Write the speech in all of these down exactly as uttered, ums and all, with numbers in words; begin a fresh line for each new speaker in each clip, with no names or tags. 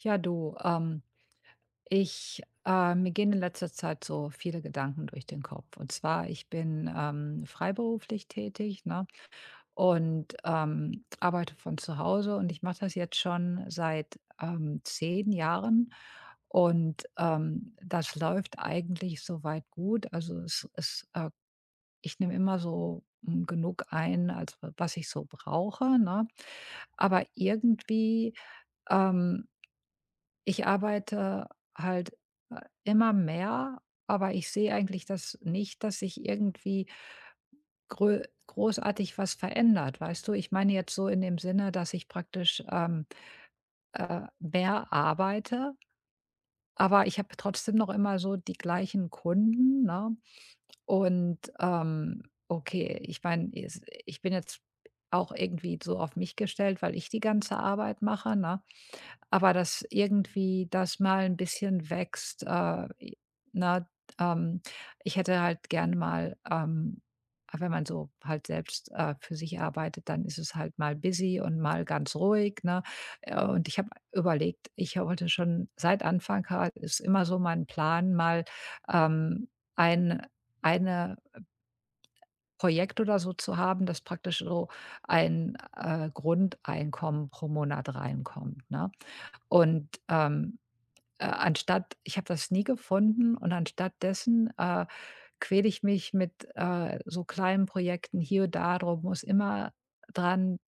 Ja, du, ähm, ich, äh, mir gehen in letzter Zeit so viele Gedanken durch den Kopf. Und zwar, ich bin ähm, freiberuflich tätig, ne? Und ähm, arbeite von zu Hause und ich mache das jetzt schon seit ähm, zehn Jahren. Und ähm, das läuft eigentlich soweit gut. Also es, es, äh, ich nehme immer so mm, genug ein, als was ich so brauche, ne? Aber irgendwie ähm, ich arbeite halt, äh, immer mehr, aber ich sehe eigentlich das nicht, dass sich irgendwie grö großartig was verändert, weißt du? Ich meine jetzt so in dem Sinne, dass ich praktisch, ähm, äh, mehr arbeite, aber ich habe trotzdem noch immer so die gleichen Kunden, ne? Und, ähm, okay, ich meine, ich bin jetzt auch irgendwie so auf mich gestellt, weil ich die ganze Arbeit mache, ne? Aber dass irgendwie das mal ein bisschen wächst, äh, i ne? Ähm, ich hätte halt gerne mal, ähm aber wenn man so halt selbst, äh, für sich arbeitet, dann ist es halt mal busy und mal ganz ruhig, ne? Äh, und ich habe überlegt, ich wollte schon seit Anfang ha ist immer so mein Plan, mal, ähm, ein eine Projekt oder so zu haben, das praktisch so ein, äh, Grundeinkommen pro Monat reinkommt, ne? Und, ähm äh, anstatt ich habe das nie gefunden und anstatt dessen, äh, quäle ich mich mit, äh, so kleinen Projekten hier und da drum, muss immer dran,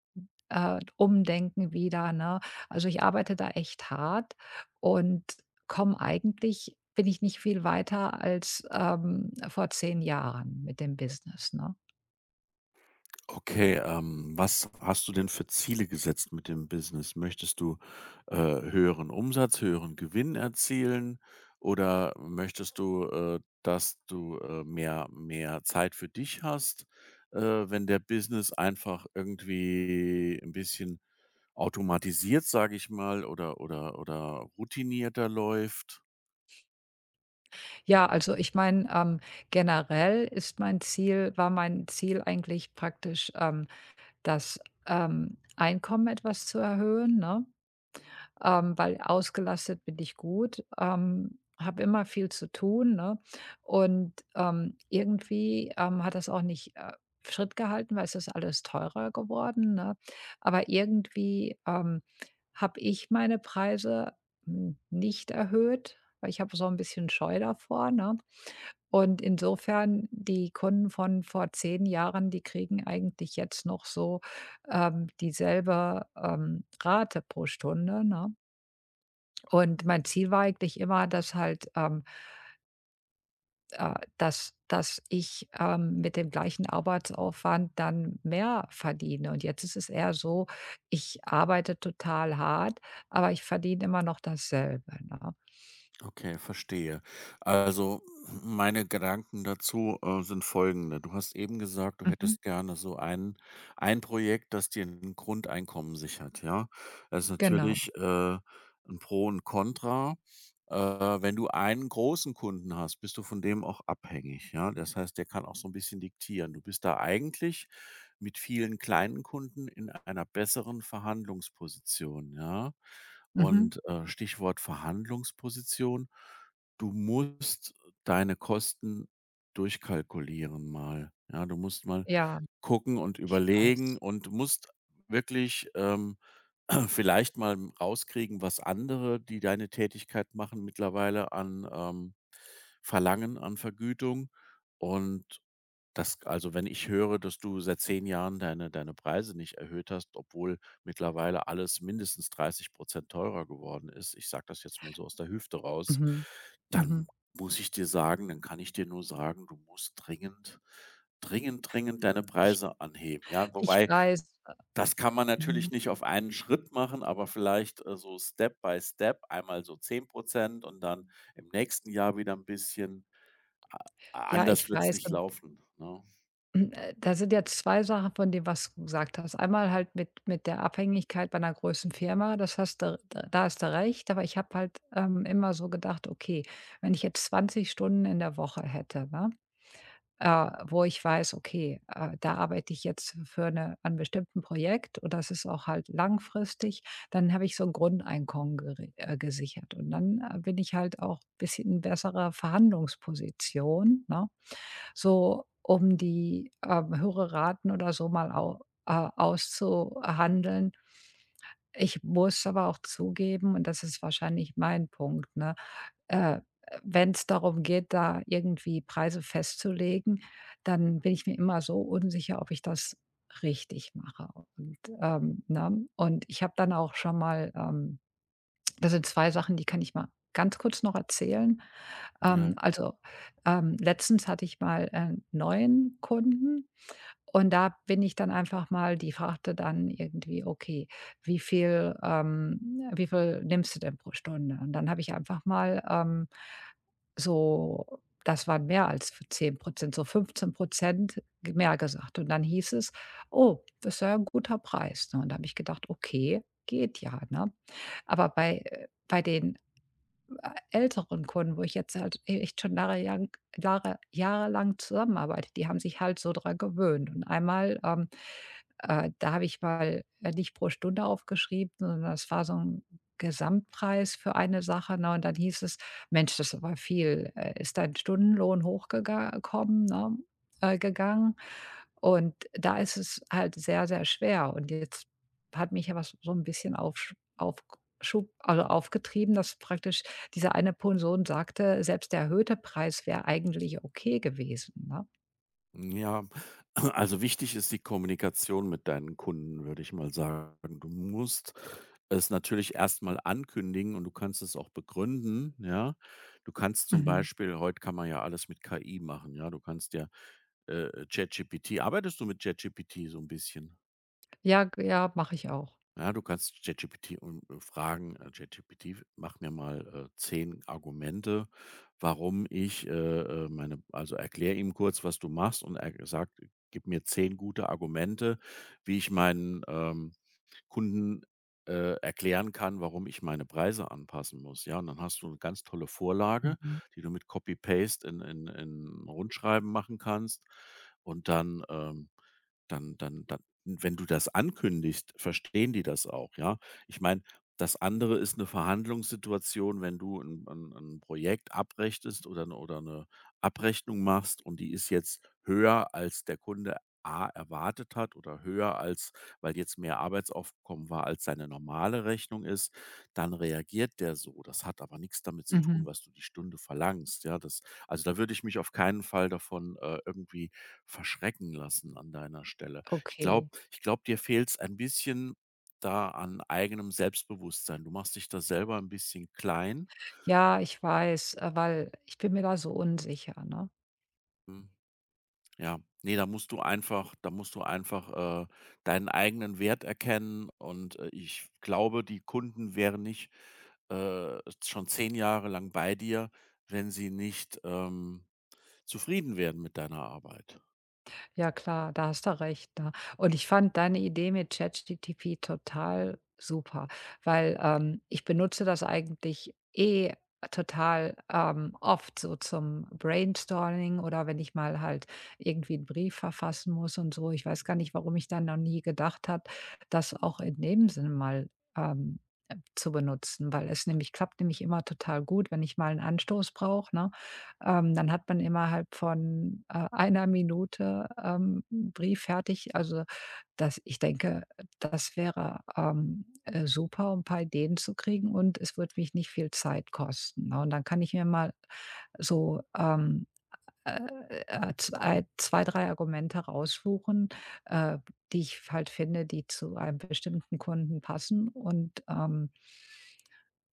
äh, umdenken wieder, ne? Also, ich arbeite da echt hart und komme eigentlich bin ich nicht viel weiter als, ähm, vor zehn Jahren mit dem Business, ne?
Okay, ähm, was hast du denn für Ziele gesetzt mit dem Business? Möchtest du, äh, höheren Umsatz, höheren Gewinn erzielen oder möchtest du, äh, dass du, äh, mehr mehr Zeit für dich hast, äh, wenn der Business einfach irgendwie ein bisschen automatisiert, sage ich mal, oder oder oder routinierter läuft?
Ja, also, ich meine, ähm, generell ist mein Ziel war mein Ziel eigentlich praktisch, ähm das, ähm, Einkommen etwas zu erhöhen, ne? Ähm, weil ausgelastet bin ich gut, ähm, habe immer viel zu tun, ne? Und, ähm, irgendwie, ähm, hat das auch nicht, äh, Schritt gehalten, weil es ist alles teurer geworden, ne? Aber irgendwie, ähm, habe ich meine Preise, hm, nicht erhöht, weil ich habe so ein bisschen Scheu davor, ne? Und insofern die Kunden von vor zehn Jahren, die kriegen eigentlich jetzt noch so, ähm, dieselbe, ähm, Rate pro Stunde, ne? Und mein Ziel war eigentlich immer, dass halt, ähm, äh dass dass ich, ähm, mit dem gleichen Arbeitsaufwand dann mehr verdiene. Und jetzt ist es eher so, ich arbeite total hart, aber ich verdiene immer noch dasselbe, ne?
Okay, verstehe. Also, meine Gedanken dazu, äh, sind folgende. Du hast eben gesagt, du
Mhm.
hättest gerne so ein ein Projekt, das dir ein Grundeinkommen sichert, ja? Das ist
Genau.
natürlich, äh, 'n Pro und Contra. Äh, wenn du einen großen Kunden hast, bist du von dem auch abhängig, ja? Das heißt, der kann auch so ein bisschen diktieren. Du bist da eigentlich mit vielen kleinen Kunden in einer besseren Verhandlungsposition, ja?
Mhm.
Und, äh, Stichwort Verhandlungsposition, du musst deine Kosten durchkalkulieren mal, ja? Du musst mal
Ja,
gucken und
ich
überlegen
weiß.
und musst wirklich, ähm vielleicht mal rauskriegen, was andere, die deine Tätigkeit machen, mittlerweile an, ähm, verlangen an Vergütung. Und das also, wenn ich höre, dass du seit zehn Jahren deine deine Preise nicht erhöht hast, obwohl mittlerweile alles mindestens dreißig teurer geworden ist, ich sage das jetzt mal so aus der Hüfte raus,
Mhm.
dann
Mhm.
muss ich dir sagen dann kann ich dir nur sagen, du musst dringend, dringend, dringend deine Preise anheben, ja?
Ich
Wobei
weiß,
das kann man
mhm.
natürlich nicht auf einen Schritt machen, aber vielleicht, äh, so Step by Step, einmal so zehn Prozent und dann im nächsten Jahr wieder ein bisschen. A
Ja,
anders
ich
wird's
weiß
nicht
und,
laufen, ne?
hm, äh, da sind jetzt zwei Sachen von dem, was du gesagt hast. Einmal halt mit mit der Abhängigkeit bei einer großen Firma, das hast du d da hast du recht, aber ich habe halt, ähm, immer so gedacht: „Okay, wenn ich jetzt zwanzig Stunden in der Woche hätte, ne?“ äh, wo ich weiß, okay, äh, da arbeite ich jetzt für eine an einem bestimmten Projekt und das ist auch halt langfristig, dann habe ich so ein Grundeinkommen gere äh, gesichert und dann, äh, bin ich halt auch ein bisschen in besserer Verhandlungsposition, ne, so um die, ähm, höhere Raten oder so mal au äh, auszuhandeln. Ich muss aber auch zugeben, und das ist wahrscheinlich mein Punkt, ne äh, wenn es darum geht, da irgendwie Preise festzulegen, dann bin ich mir immer so unsicher, ob ich das richtig mache. Und, ähm, ne? Und ich habe dann auch schon mal ähm, das sind zwei Sachen, die kann ich mal ganz kurz noch erzählen.
Ja,
Ähm, also, ähm, letztens hatte ich mal, äh, neuen Kunden und da bin ich dann einfach mal die fragte dann irgendwie: „Okay, wie viel ähm, wie viel nimmst du denn pro Stunde?“ Und dann habe ich einfach mal, ähm, so das waren mehr als zehn Prozent so fünfzehn Prozent mehr gesagt. Und dann hieß es: „Oh, das ist ja 'n guter Preis“, ne? Und da habe ich gedacht: „Okay, geht ja“, ne? Aber bei, äh bei den älteren Kunden, wo ich jetzt halt e echt schon Jahre lang Jahre jahrelang zusammenarbeite, die haben sich halt so dran gewöhnt. Und einmal, ähm, äh, da habe ich mal, äh, nicht pro Stunde aufgeschrieben, sondern das war so ein Gesamtpreis für eine Sache, ne? Und dann hieß es: „Mensch, das ist aber viel. Äh, ist dein Stundenlohn hochgega ne, äh, gegangen?“ Und da ist es halt sehr, sehr schwer. Und jetzt hat mich ja was so ein bisschen auf auf also, aufgetrieben, dass praktisch diese eine Person sagte, selbst der erhöhte Preis wäre eigentlich okay gewesen, ne?
ja. Also, wichtig ist die Kommunikation mit deinen Kunden, würde ich mal sagen. Du musst es natürlich erstmal ankündigen und du kannst es auch begründen, ja? Du kannst zum
Mhm.
Beispiel heute kann man ja alles mit K I machen, ja? Du kannst ja, äh, ChatGPT arbeitest du mit ChatGPT so ein bisschen?
Ja, g ja, mache ich auch.
Ja, du kannst ChatGPT und äh, fragen, äh, ChatGPT, mach mir mal äh, zehn Argumente, warum ich äh, äh, meine also erkläre ihm kurz, was du machst und er sagt, gib mir zehn gute Argumente, wie ich meinen, ähm Kunden, äh, erklären kann, warum ich meine Preise anpassen muss, ja? Und dann hast du eine ganz tolle Vorlage,
Mhm,
die du mit Copy Paste in in in Rundschreiben machen kannst und dann, ähm dann dann dann wenn du das ankündigst, verstehen die das auch, ja? Ich meine, das andere ist eine Verhandlungssituation, wenn du ein 'n 'n Projekt abrechnest oder 'ne oder 'ne Abrechnung machst und die ist jetzt höher, als der Kunde A erwartet hat oder höher als weil jetzt mehr Arbeitsaufkommen war, als seine normale Rechnung ist, dann reagiert der so. Das hat aber nichts damit zu tun,
mhm.
was du die Stunde verlangst, ja? Das also, da würde ich mich auf keinen Fall davon, äh, irgendwie verschrecken lassen an deiner Stelle. Ich
Okay.
glaube ich glaube, dir fehlt es ein bisschen da an eigenem Selbstbewusstsein. Du machst dich da selber ein bisschen klein.
Ja, ich weiß, äh, weil ich bin mir da so unsicher, ne?
Hm, ja. nee, da musst du einfach da musst du einfach, äh, deinen eigenen Wert erkennen und, äh, ich glaube, die Kunden wären nicht äh, schon zehn Jahre lang bei dir, wenn sie nicht, ähm, zufrieden werden mit deiner Arbeit.
Ja klar, da hast du recht, ne? Und ich fand deine Idee mit ChatGTP total super, weil, ähm, ich benutze das eigentlich eh total, ähm, oft so zum Brainstorming oder wenn ich mal halt irgendwie einen Brief verfassen muss und so. Ich weiß gar nicht, warum ich dann noch nie gedacht habe, das auch in dem Sinne mal, ähm, äh, zu benutzen, weil es nämlich klappt nämlich immer total gut, wenn ich mal einen Anstoß brauche, ne? Ähm, dann hat man innerhalb von, äh, einer Minute, ähm, 'n Brief fertig. Also, das ich denke, das wäre, ähm, äh, super, um 'n paar Ideen zu kriegen und es wird mich nicht viel Zeit kosten, ne? Und dann kann ich mir mal so, ähm, äh, äh, zwei 2, drei Argumente raussuchen, äh, die ich halt finde, die zu einem bestimmten Kunden passen und, ähm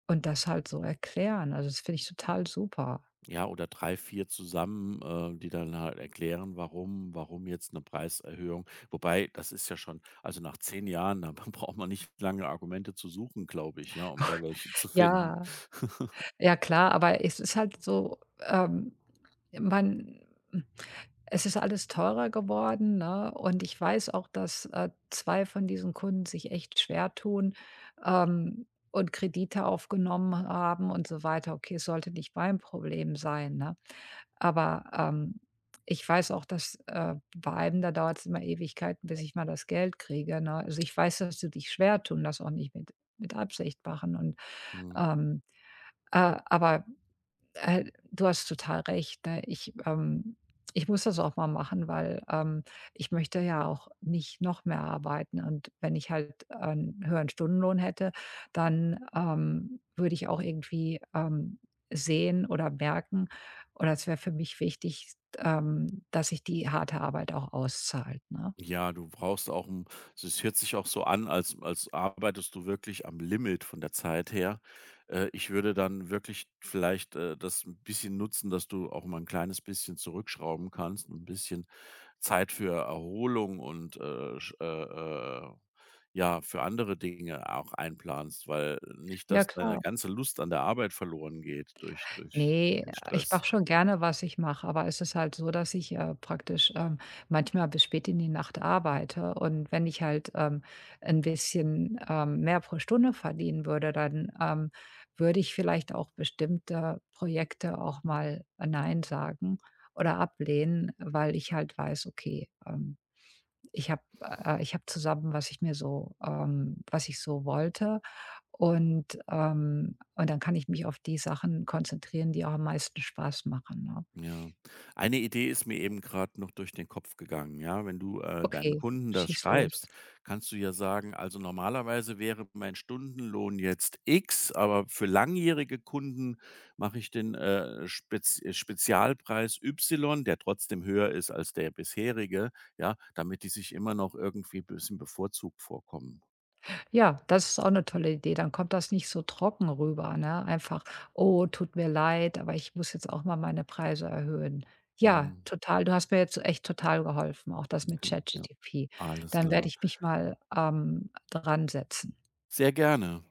und das halt so erklären. Also, das finde ich total super.
Ja, oder drei vier zusammen, äh, die dann halt erklären, warum warum jetzt eine Preiserhöhung. Wobei, das ist ja schon also, nach zehn Jahren, da braucht man nicht lange Argumente zu suchen, glaube ich, ja, um da welche zu
Ja.
finden.
Ja klar, aber es ist halt so, ähm, man es ist alles teurer geworden, ne? Und ich weiß auch, dass, äh, zwei von diesen Kunden sich echt schwer tun, ähm, und Kredite aufgenommen haben und so weiter. Okay, es sollte nicht mein Problem sein, ne? Aber, ähm, ich weiß auch, dass, äh, bei einem, da dauert's immer Ewigkeiten, bis ich mal das Geld kriege, ne? Also, ich weiß, dass sie dich schwer tun, das auch nicht mit mit Absicht machen und,
Mhm.
ähm, äh, aber äh, du hast total recht, ne? Ich, ähm ich muss das auch mal machen, weil, ähm, ich möchte ja auch nicht noch mehr arbeiten und wenn ich halt einen höheren Stundenlohn hätte, dann, ähm, würde ich auch irgendwie, ähm, sehen oder merken oder es wäre für mich wichtig, ähm, dass sich die harte Arbeit auch auszahlt, ne?
Ja, du brauchst auch 'n es hört sich auch so an, als als arbeitest du wirklich am Limit von der Zeit her. Äh, ich würde dann wirklich vielleicht, äh, das 'n bisschen nutzen, dass du auch mal ein kleines bisschen zurückschrauben kannst, ein bisschen Zeit für Erholung und, äh, sch äh, äh, ja, für andere Dinge auch einplanst, weil nicht,
Ja,
dass deine
klar.
ganze Lust an der Arbeit verloren geht durch durch
Nee,
den
ich
Stress.
mache schon gerne, was ich mache, aber es ist halt so, dass ich, äh, praktisch, ähm, manchmal bis spät in die Nacht arbeite und wenn ich halt, ähm, 'n bisschen, ähm, mehr pro Stunde verdienen würde, dann, ähm, würde ich vielleicht auch bestimmte Projekte auch mal nein sagen oder ablehnen, weil ich halt weiß, okay, ähm ich habe äh, ich habe zusammen, was ich mir so ähm, was ich so wollte und, ähm und dann kann ich mich auf die Sachen konzentrieren, die auch am meisten Spaß machen, ne?
Ja. Eine Idee ist mir eben gerade noch durch den Kopf gegangen, ja? Wenn du, äh, deinen
Okay,
Kunden das
schieß los.
schreibst, kannst du ja sagen: „Also, normalerweise wäre mein Stundenlohn jetzt X, aber für langjährige Kunden mache ich den, äh, Spez äh, Spezialpreis Y, der trotzdem höher ist als der bisherige", ja, damit die sich immer noch irgendwie ein bisschen bevorzugt vorkommen.
Ja, das ist auch eine tolle Idee. Dann kommt das nicht so trocken rüber, ne? Einfach: „Oh, tut mir leid, aber ich muss jetzt auch mal meine Preise erhöhen.“ Ja,
Mhm,
total. Du hast mir jetzt echt total geholfen, auch das mit
mhm, ja.
ChatGTP.
Alles
Dann werde
klar.
ich mich mal, ähm, dran setzen.
Sehr gerne.